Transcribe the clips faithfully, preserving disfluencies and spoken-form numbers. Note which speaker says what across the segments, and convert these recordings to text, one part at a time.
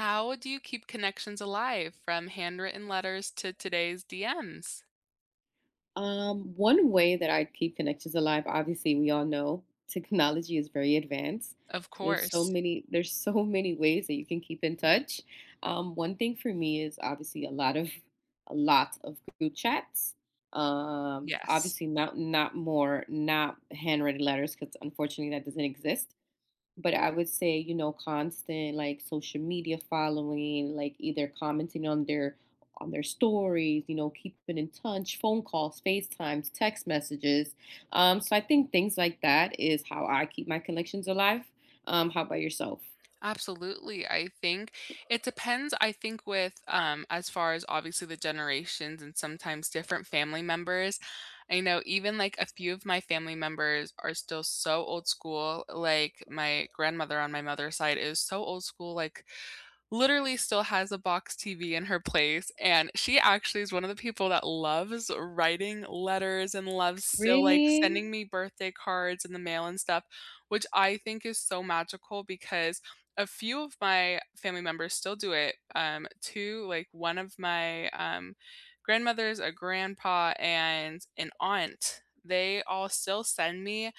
Speaker 1: How do you keep connections alive from handwritten letters to today's D Ms?
Speaker 2: Um, one way that I keep connections alive, obviously, we all know technology is very advanced.
Speaker 1: Of
Speaker 2: So there's so
Speaker 1: course.
Speaker 2: many there's so many ways that you can keep in touch. Um, one thing for me is obviously a lot of a lot of group chats. Um,
Speaker 1: Yes.
Speaker 2: obviously not not more not handwritten letters because unfortunately that doesn't exist. But I would say, you know, constant like social media following, like either commenting on their on their stories, you know, keeping in touch, phone calls, FaceTimes, text messages. Um, so I think things like that is how I keep my connections alive. Um, how about yourself?
Speaker 1: Absolutely. I think it depends. I think with um as far as obviously the generations and sometimes different family members. I know even like a few of my family members are still so old school. Like my grandmother on my mother's side is so old school like literally still has a box T V in her place, and she actually is one of the people that loves writing letters and loves still, like,
Speaker 2: Really?
Speaker 1: sending me birthday cards in the mail and stuff, which I think is so magical because a few of my family members still do it. Um, two like, one of my, um, grandmothers, a grandpa, and an aunt, they all still send me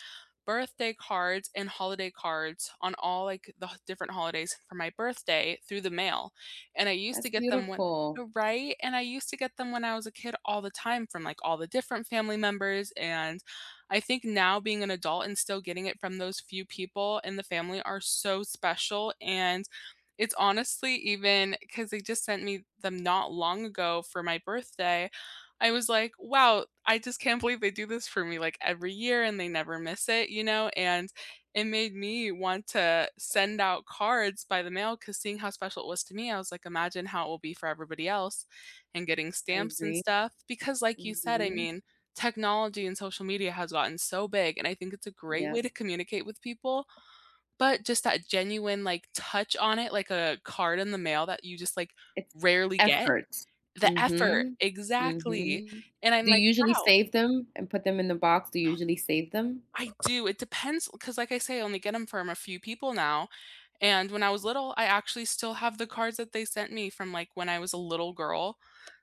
Speaker 1: birthday cards and holiday cards on all like the h- different holidays for my birthday through the mail. And I used to
Speaker 2: That's
Speaker 1: get them when uh,
Speaker 2: beautiful.
Speaker 1: right? And I used to get them when I was a kid all the time from like all the different family members. And I think now being an adult and still getting it from those few people in the family are so special. And it's honestly even because they just sent me them not long ago for my birthday. I was like, wow, I just can't believe they do this for me like every year and they never miss it, you know? And it made me want to send out cards by the mail because seeing how special it was to me, I was like, imagine how it will be for everybody else and getting
Speaker 2: I
Speaker 1: stamps and
Speaker 2: agree.
Speaker 1: stuff. Because, like you said, I
Speaker 2: Mm-hmm.
Speaker 1: mean, technology and social media has gotten so big and I think it's a great way
Speaker 2: Yep.
Speaker 1: to communicate with people. But just that genuine like touch on it, like a card in the mail that you just like
Speaker 2: It's
Speaker 1: rarely get
Speaker 2: effort.
Speaker 1: the effort,
Speaker 2: Mm-hmm.
Speaker 1: exactly,
Speaker 2: Mm-hmm.
Speaker 1: and I'm
Speaker 2: Do you
Speaker 1: like,
Speaker 2: usually
Speaker 1: "Wow."
Speaker 2: save them and put them in the box? Do you usually save them?
Speaker 1: I do, it depends, because like I say, I only get them from a few people now, and when I was little, I actually still have the cards that they sent me from, like, when I was a little girl,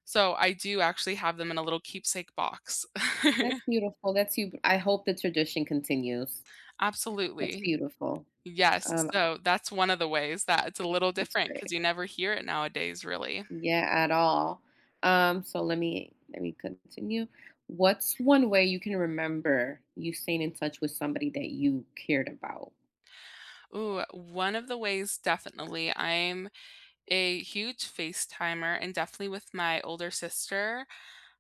Speaker 1: so I do actually have them in a little keepsake box.
Speaker 2: That's beautiful. That's you, I hope the tradition continues. That's
Speaker 1: Absolutely.
Speaker 2: beautiful.
Speaker 1: Yes,
Speaker 2: Um,
Speaker 1: so that's one of the ways that it's a little
Speaker 2: that's
Speaker 1: different, because
Speaker 2: great.
Speaker 1: you never hear it nowadays, really.
Speaker 2: Yeah, at all. Um, so let me let me continue. What's one way you can remember you staying in touch with somebody that you cared about?
Speaker 1: Ooh, one of the ways definitely, I'm a huge FaceTimer and definitely with my older sister.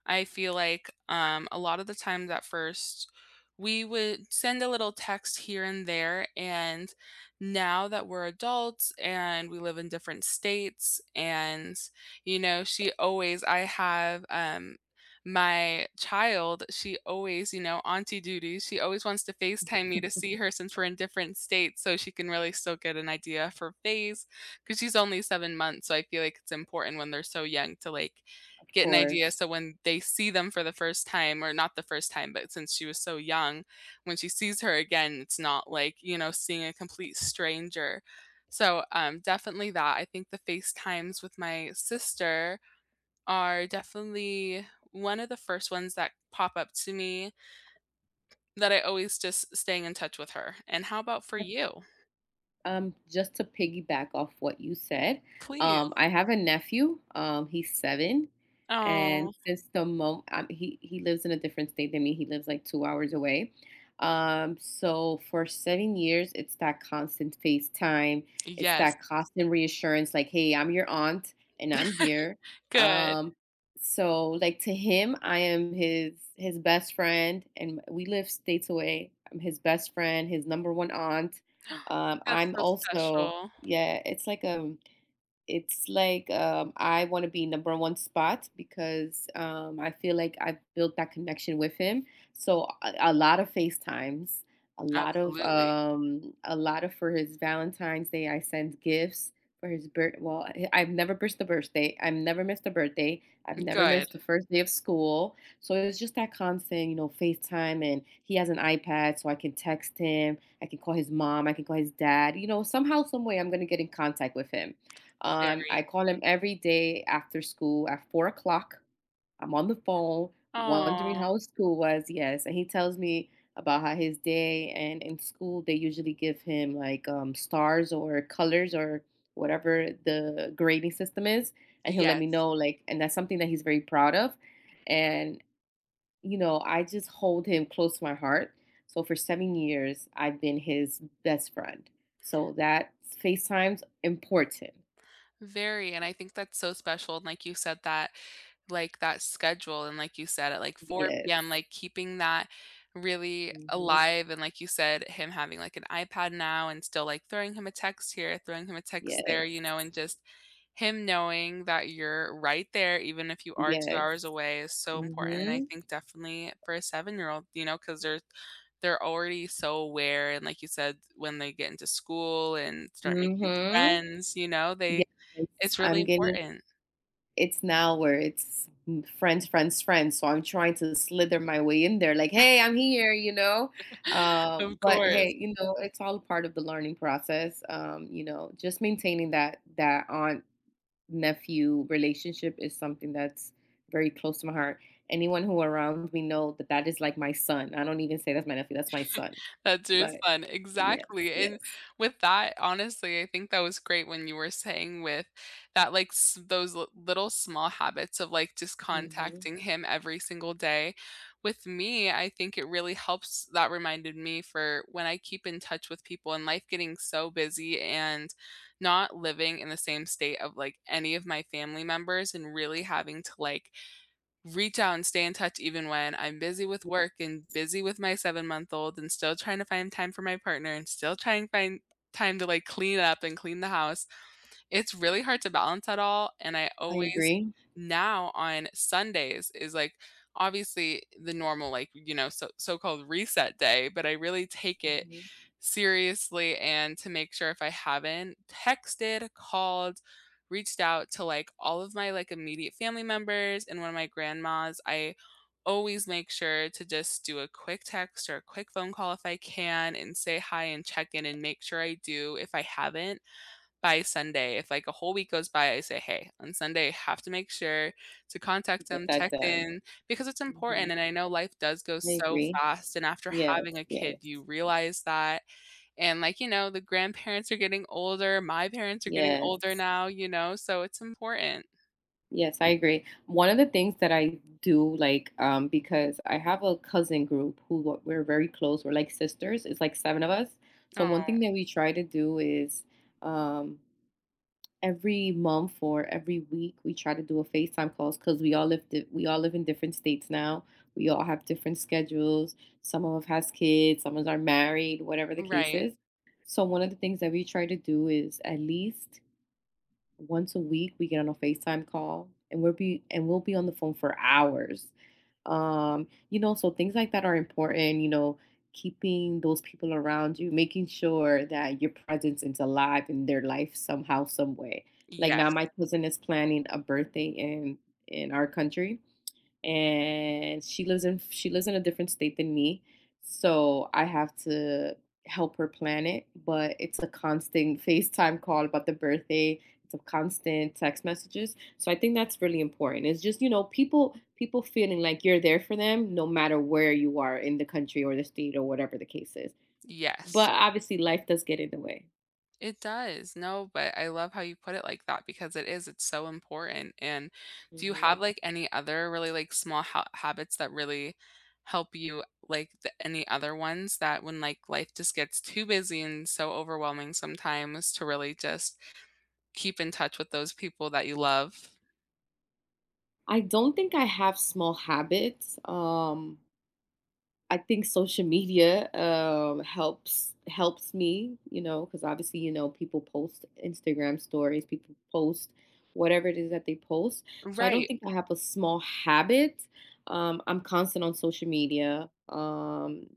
Speaker 1: I feel like um, a lot of the times at first, we would send a little text here and there. And now that we're adults and we live in different states, and, you know, she always, I have um, my child, she always, you know, auntie duties, she always wants to FaceTime me to see her since we're in different states so she can really still get an idea of her face because she's only seven months. So I feel like it's important when they're so young to like
Speaker 2: Of
Speaker 1: get an idea.
Speaker 2: course.
Speaker 1: So when they see them for the first time, or not the first time, but since she was so young, when she sees her again, it's not like, you know, seeing a complete stranger. So um, definitely that. I think the FaceTimes with my sister are definitely one of the first ones that pop up to me that I always just staying in touch with her. And how about for you?
Speaker 2: Um, just to piggyback off what you said,
Speaker 1: Please.
Speaker 2: um, I have a nephew. Um, he's seven,
Speaker 1: Oh,
Speaker 2: and since the moment um, he he lives in a different state than me, he lives like two hours away. Um, so for seven years, it's that constant FaceTime. It's
Speaker 1: yes.
Speaker 2: that constant reassurance, like, "Hey, I'm your aunt, and I'm here."
Speaker 1: Good.
Speaker 2: Um, so like to him, I am his his best friend, and we live states away. I'm his best friend, his number one aunt. um,
Speaker 1: That's
Speaker 2: I'm
Speaker 1: so
Speaker 2: also,
Speaker 1: special.
Speaker 2: yeah, it's like a it's like um, I want to be number one spot because um, I feel like I've built that connection with him. So a, a lot of FaceTimes, a lot of
Speaker 1: Absolutely.
Speaker 2: um, a lot of for his Valentine's Day, I send gifts for his birth. Well, I- I've never missed a birthday. I've never missed a birthday. I've never
Speaker 1: Good.
Speaker 2: missed the first day of school. So it's just that constant, you know, FaceTime, and he has an iPad, so I can text him. I can call his mom. I can call his dad. You know, somehow, some way, I'm gonna get in contact with him. Um, I
Speaker 1: Very.
Speaker 2: call him every day after school at four o'clock. I'm on the phone wondering
Speaker 1: Oh
Speaker 2: how his school was. Yes, and he tells me about how his day and in school they usually give him like um, stars or colors or whatever the grading system is, and he'll let me
Speaker 1: yes.
Speaker 2: know like, and that's something that he's very proud of. And you know, I just hold him close to my heart. So for seven years, I've been his best friend. So that FaceTime's important.
Speaker 1: Very, and I think that's so special, and like you said that like, that schedule and like you said, at, like, four p m,
Speaker 2: Yes.
Speaker 1: like, keeping that really
Speaker 2: Mhm.
Speaker 1: alive, and like you said, him having, like, an iPad now and still, like, throwing him a text here, throwing him a text there, you know,
Speaker 2: Yes.
Speaker 1: and just him knowing that you're right there, even if you are two
Speaker 2: Yes.
Speaker 1: hours away is so important, and I
Speaker 2: Mhm.
Speaker 1: think definitely for a seven-year-old, you know, because they 'cause they're they're already so aware, and like you said, when they get into school and start making
Speaker 2: Mhm.
Speaker 1: friends, you know, they
Speaker 2: Yes.
Speaker 1: it's really
Speaker 2: I'm getting,
Speaker 1: important.
Speaker 2: it's now where it's m- friends, friends, friends. So I'm trying to slither my way in there, like, hey, I'm here, you know. Um,
Speaker 1: Of
Speaker 2: but
Speaker 1: course.
Speaker 2: hey, you know, it's all part of the learning process. Um, you know, just maintaining that that aunt nephew relationship is something that's very close to my heart. Anyone who around me know that that is like my son. I don't even say that's my nephew, that's my son.
Speaker 1: That's your
Speaker 2: But
Speaker 1: son,
Speaker 2: yes,
Speaker 1: exactly, and
Speaker 2: yes.
Speaker 1: with that, honestly, I think that was great when you were saying with that, like, s those li little small habits of, like, just
Speaker 2: Mhm.
Speaker 1: contacting him every single day. With me, I think it really helps that reminded me for when I keep in touch with people and life getting so busy and not living in the same state of, like, any of my family members and really having to, like, reach out and stay in touch even when I'm busy with work and busy with my seven month old and still trying to find time for my partner and still trying to find time to like clean up and clean the house. It's really hard to balance at all, and I
Speaker 2: I
Speaker 1: always
Speaker 2: agree.
Speaker 1: now on Sundays is, like, obviously the normal, like, you know, so so-called reset day, but I really take it
Speaker 2: Mhm.
Speaker 1: seriously and to make sure if I haven't texted, called, reached out to, like, all of my, like, immediate family members and one of my grandmas, I always make sure to just do a quick text or a quick phone call if I can and say hi and check in and make sure I do if I haven't by Sunday, if like a whole week goes by, I say, hey, on Sunday, I have to make sure to contact them,
Speaker 2: Get that
Speaker 1: check
Speaker 2: done.
Speaker 1: in, because it's important.
Speaker 2: Mhm.
Speaker 1: And I know life does go
Speaker 2: I
Speaker 1: so
Speaker 2: agree.
Speaker 1: fast. And after
Speaker 2: Yes,
Speaker 1: having a kid, you
Speaker 2: yes,
Speaker 1: realize that. And like, you know, the grandparents are getting older. My parents are getting older
Speaker 2: yes.
Speaker 1: now, you know, so it's important.
Speaker 2: Yes, I agree. One of the things that I do, like, um, because I have a cousin group who w we're very close, we're like sisters, it's like seven of us. So
Speaker 1: Oh,
Speaker 2: one thing that we try to do is, um every month or every week we try to do a FaceTime calls because we all live di- we all live in different states now. We all have different schedules. Some of us has kids, some of us are married, whatever the case
Speaker 1: right.
Speaker 2: is. So one of the things that we try to do is at least once a week we get on a FaceTime call and we'll be and we'll be on the phone for hours. Um, you know, so things like that are important, you know, keeping those people around you, making sure that your presence is alive in their life somehow, some way. Like now
Speaker 1: Yes.
Speaker 2: my cousin is planning a birthday in in our country and she lives in she lives in a different state than me. So I have to help her plan it, but it's a constant FaceTime call about the birthday. It's a constant text messages. So I think that's really important. It's just, you know, people people feeling like you're there for them no matter where you are in the country or the state or whatever the case is. But
Speaker 1: Yes.
Speaker 2: obviously life does get in the way.
Speaker 1: It does. No, but I love how you put it like that because it is. It's so important. And do you have
Speaker 2: Mhm.
Speaker 1: like any other really like small ha- habits that really help you like th- any other ones that when like life just gets too busy and so overwhelming sometimes to really just keep in touch with those people that you love?
Speaker 2: I don't think I have small habits. Um I think social media um, helps helps me, you know, because obviously, you know, people post Instagram stories, people post whatever it is that they post. So I don't
Speaker 1: Right.
Speaker 2: think I have a small habit. Um, I'm constant on social media. Um,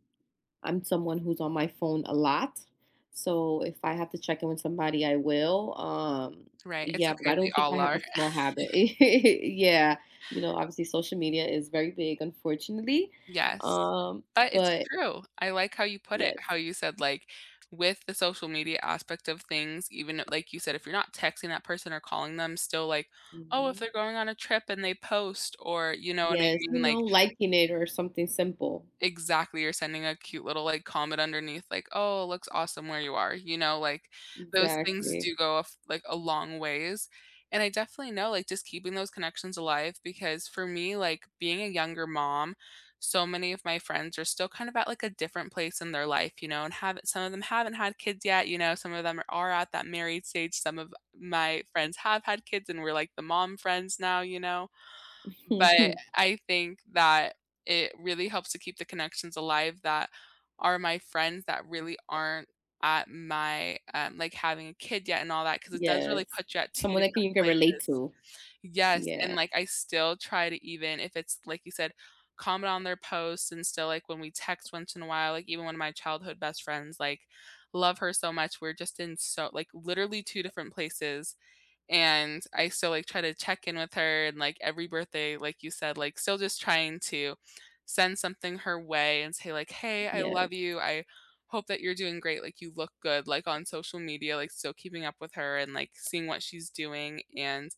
Speaker 2: I'm someone who's on my phone a lot. So if I have to check in with somebody, I will. Um,
Speaker 1: Right. It's
Speaker 2: yeah, but
Speaker 1: okay.
Speaker 2: I
Speaker 1: We
Speaker 2: don't think I
Speaker 1: all
Speaker 2: have a
Speaker 1: are.
Speaker 2: small habit. Yeah. You know, obviously social media is very big, unfortunately.
Speaker 1: Yes,
Speaker 2: Um,
Speaker 1: but it's
Speaker 2: but
Speaker 1: true. I like how you put it, how
Speaker 2: yes.
Speaker 1: you said, like, with the social media aspect of things, even like you said, if you're not texting that person or calling them, still like, oh, if
Speaker 2: Mhm.
Speaker 1: they're going on a trip and they post, or you know what I
Speaker 2: Yes, you
Speaker 1: mean? Like,
Speaker 2: know, liking it or something simple.
Speaker 1: exactly, or sending a cute little, like, comment underneath, like, "Oh, it looks awesome where you are," you know, like, those things
Speaker 2: Exactly.
Speaker 1: do go a f like, a long ways, and I definitely know, like, just keeping those connections alive because for me, like, being a younger mom, so many of my friends are still kind of at, like, a different place in their life, you know, and have some of them haven't had kids yet, you know, some of them are at that married stage, some of my friends have had kids and we're, like, the mom friends now, you know? But I think that it really helps to keep the connections alive that are my friends that really aren't at my, um, like, having a kid yet and all that because it does really
Speaker 2: Yes.
Speaker 1: put you at two
Speaker 2: Someone that can,
Speaker 1: different
Speaker 2: you can relate
Speaker 1: places.
Speaker 2: to.
Speaker 1: Yes, and,
Speaker 2: Yeah.
Speaker 1: like, I still try to even if it's, like you said, comment on their posts and still, like, when we text once in a while, like, even one of my childhood best friends, like, love her so much, we're just in so like, literally two different places, and I still like try to check in with her and like every birthday, like you said, like still just trying to send something her way and say like, "Hey, I
Speaker 2: Yeah.
Speaker 1: love you. I hope that you're doing great. Like you look good." Like on social media, like still keeping up with her and like seeing what she's doing and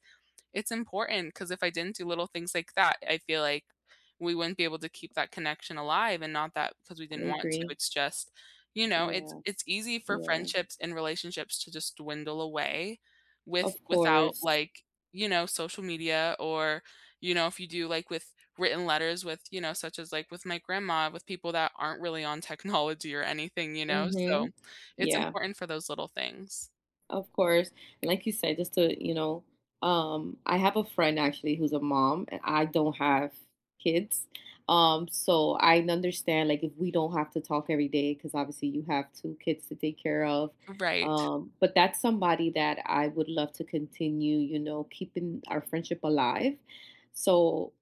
Speaker 1: it's important because if I didn't do little things like that, I feel like we wouldn't be able to keep that connection alive and not that because we didn't
Speaker 2: I
Speaker 1: want to.
Speaker 2: agree.
Speaker 1: It's just, you know, it's
Speaker 2: Yeah.
Speaker 1: it's easy for
Speaker 2: Yeah.
Speaker 1: friendships and relationships to just dwindle away with
Speaker 2: Of
Speaker 1: without
Speaker 2: course.
Speaker 1: like, you know, social media or, you know, if you do like with written letters with, you know, such as like with my grandma, with people that aren't really on technology or anything, you know?
Speaker 2: Mm-hmm.
Speaker 1: So it's
Speaker 2: Yeah.
Speaker 1: important for those little things.
Speaker 2: Of course. And like you said, just to, you know, um, I have a friend actually who's a mom and I don't have kids. Um, so I understand like if we don't have to talk every day, because obviously you have two kids to take care of.
Speaker 1: Right.
Speaker 2: Um, but that's somebody that I would love to continue, you know, keeping our friendship alive. So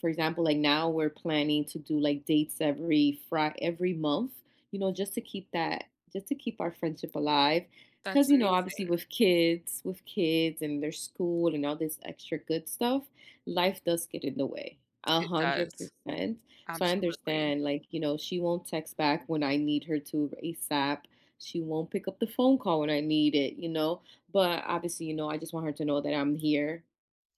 Speaker 2: for example, like now we're planning to do like dates every Friday, every month, you know, just to keep that, just to keep our friendship alive because
Speaker 1: That's
Speaker 2: you know obviously
Speaker 1: amazing.
Speaker 2: with kids with kids and their school and all this extra good stuff life does get in the way, a
Speaker 1: It
Speaker 2: hundred
Speaker 1: does.
Speaker 2: percent So I
Speaker 1: Absolutely,
Speaker 2: understand, like, you know, she won't text back when I need her to ASAP. She won't pick up the phone call when I need it, you know, but obviously, you know, I just want her to know that I'm here,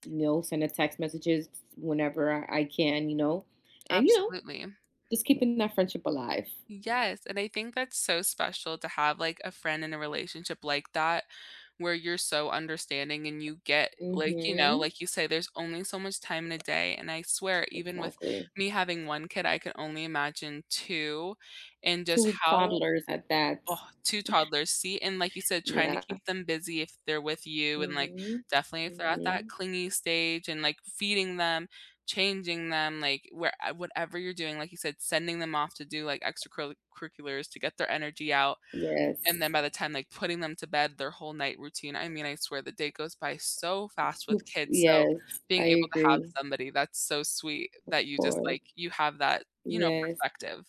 Speaker 2: you know, send her text messages whenever i, I can, you know, and you know,
Speaker 1: absolutely.
Speaker 2: just keeping that friendship alive.
Speaker 1: Yes, and I think that's so special to have, like, a friend in a relationship like that, where you're so understanding and you get like, you know,
Speaker 2: Mm-hmm,
Speaker 1: like you say, there's only so much time in a day, and I swear, even with
Speaker 2: exactly.
Speaker 1: me having one kid, I can only imagine two, and just
Speaker 2: Two
Speaker 1: how
Speaker 2: toddlers at that.
Speaker 1: Oh, two toddlers, see? And like you said, trying to
Speaker 2: Yeah.
Speaker 1: keep them busy if they're with you and, like,
Speaker 2: Mhm.
Speaker 1: definitely if they're at
Speaker 2: Mhm.
Speaker 1: that clingy stage and, like, feeding them, changing them, like, where uh, whatever you're doing, like you said, sending them off to do, like, extracurriculars to get their energy out,
Speaker 2: Yes.
Speaker 1: and then by the time, like, putting them to bed, their whole night routine, I mean, I swear the day goes by so fast with
Speaker 2: Sup
Speaker 1: kids, so
Speaker 2: yes, I
Speaker 1: being able to have
Speaker 2: agree.
Speaker 1: somebody that's so sweet
Speaker 2: Of
Speaker 1: that you just,
Speaker 2: course.
Speaker 1: like, you have that, you know,
Speaker 2: Yes.
Speaker 1: perspective.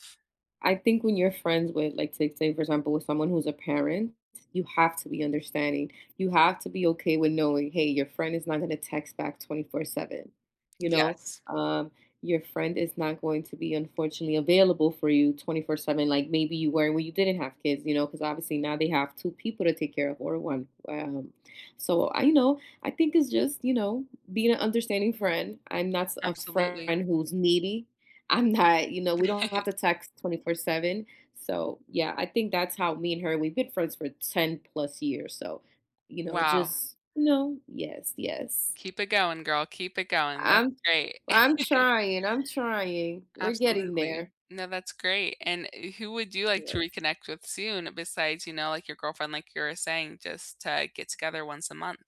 Speaker 2: I think when you're friends with, like, say, say for example, with someone who's a parent, you have to be understanding. You have to be okay with knowing, hey, your friend is not going to text back twenty-four seven. You know,
Speaker 1: Yes,
Speaker 2: um, your friend is not going to be unfortunately available for you twenty-four seven, like maybe you were when you didn't have kids. You know, because obviously now they have two people to take care of or one. Um, so I, you know, I think it's just, you know, being an understanding friend. I'm not a
Speaker 1: absolutely.
Speaker 2: friend who's needy. I'm not, you know, we don't have to text twenty-four seven. So, yeah, I think that's how me and her we've been friends for ten plus years. So, you know,
Speaker 1: Wow.
Speaker 2: just, you know, yes, yes.
Speaker 1: Keep it going, girl, keep it going, that's
Speaker 2: I'm
Speaker 1: great.
Speaker 2: I'm trying. I'm trying. We're getting
Speaker 1: Absolutely.
Speaker 2: there.
Speaker 1: No, that's great, and eh, who would you like to
Speaker 2: Yes.
Speaker 1: reconnect with soon besides, you know, like, your girlfriend, like you were saying, just to get together once a month?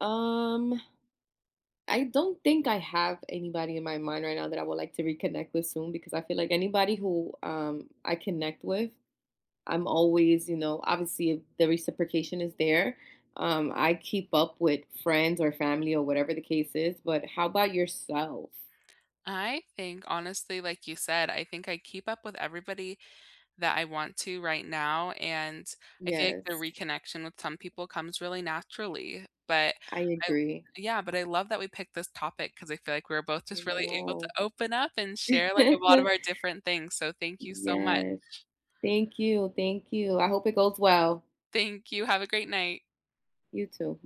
Speaker 2: Um, I don't think I have anybody in my mind right now that I would like to reconnect with soon because I feel like anybody who um I connect with I'm always, you know, obviously if the reciprocation is there. Um, I keep up with friends or family or whatever the case is, but how about yourself?
Speaker 1: I think, honestly, like you said, I think I keep up with everybody that I want to right now, and I feel like the
Speaker 2: Yes,
Speaker 1: reconnection with some people comes really naturally, but
Speaker 2: I
Speaker 1: I
Speaker 2: agree.
Speaker 1: yeah, but I love that we picked this topic because I feel like we were both
Speaker 2: I
Speaker 1: just really able to
Speaker 2: know.
Speaker 1: open up and share, like, a lot of our different things, so thank you so much.
Speaker 2: Yes. Thank you. Thank you. I hope it goes well.
Speaker 1: Thank you, have a great night.
Speaker 2: You too.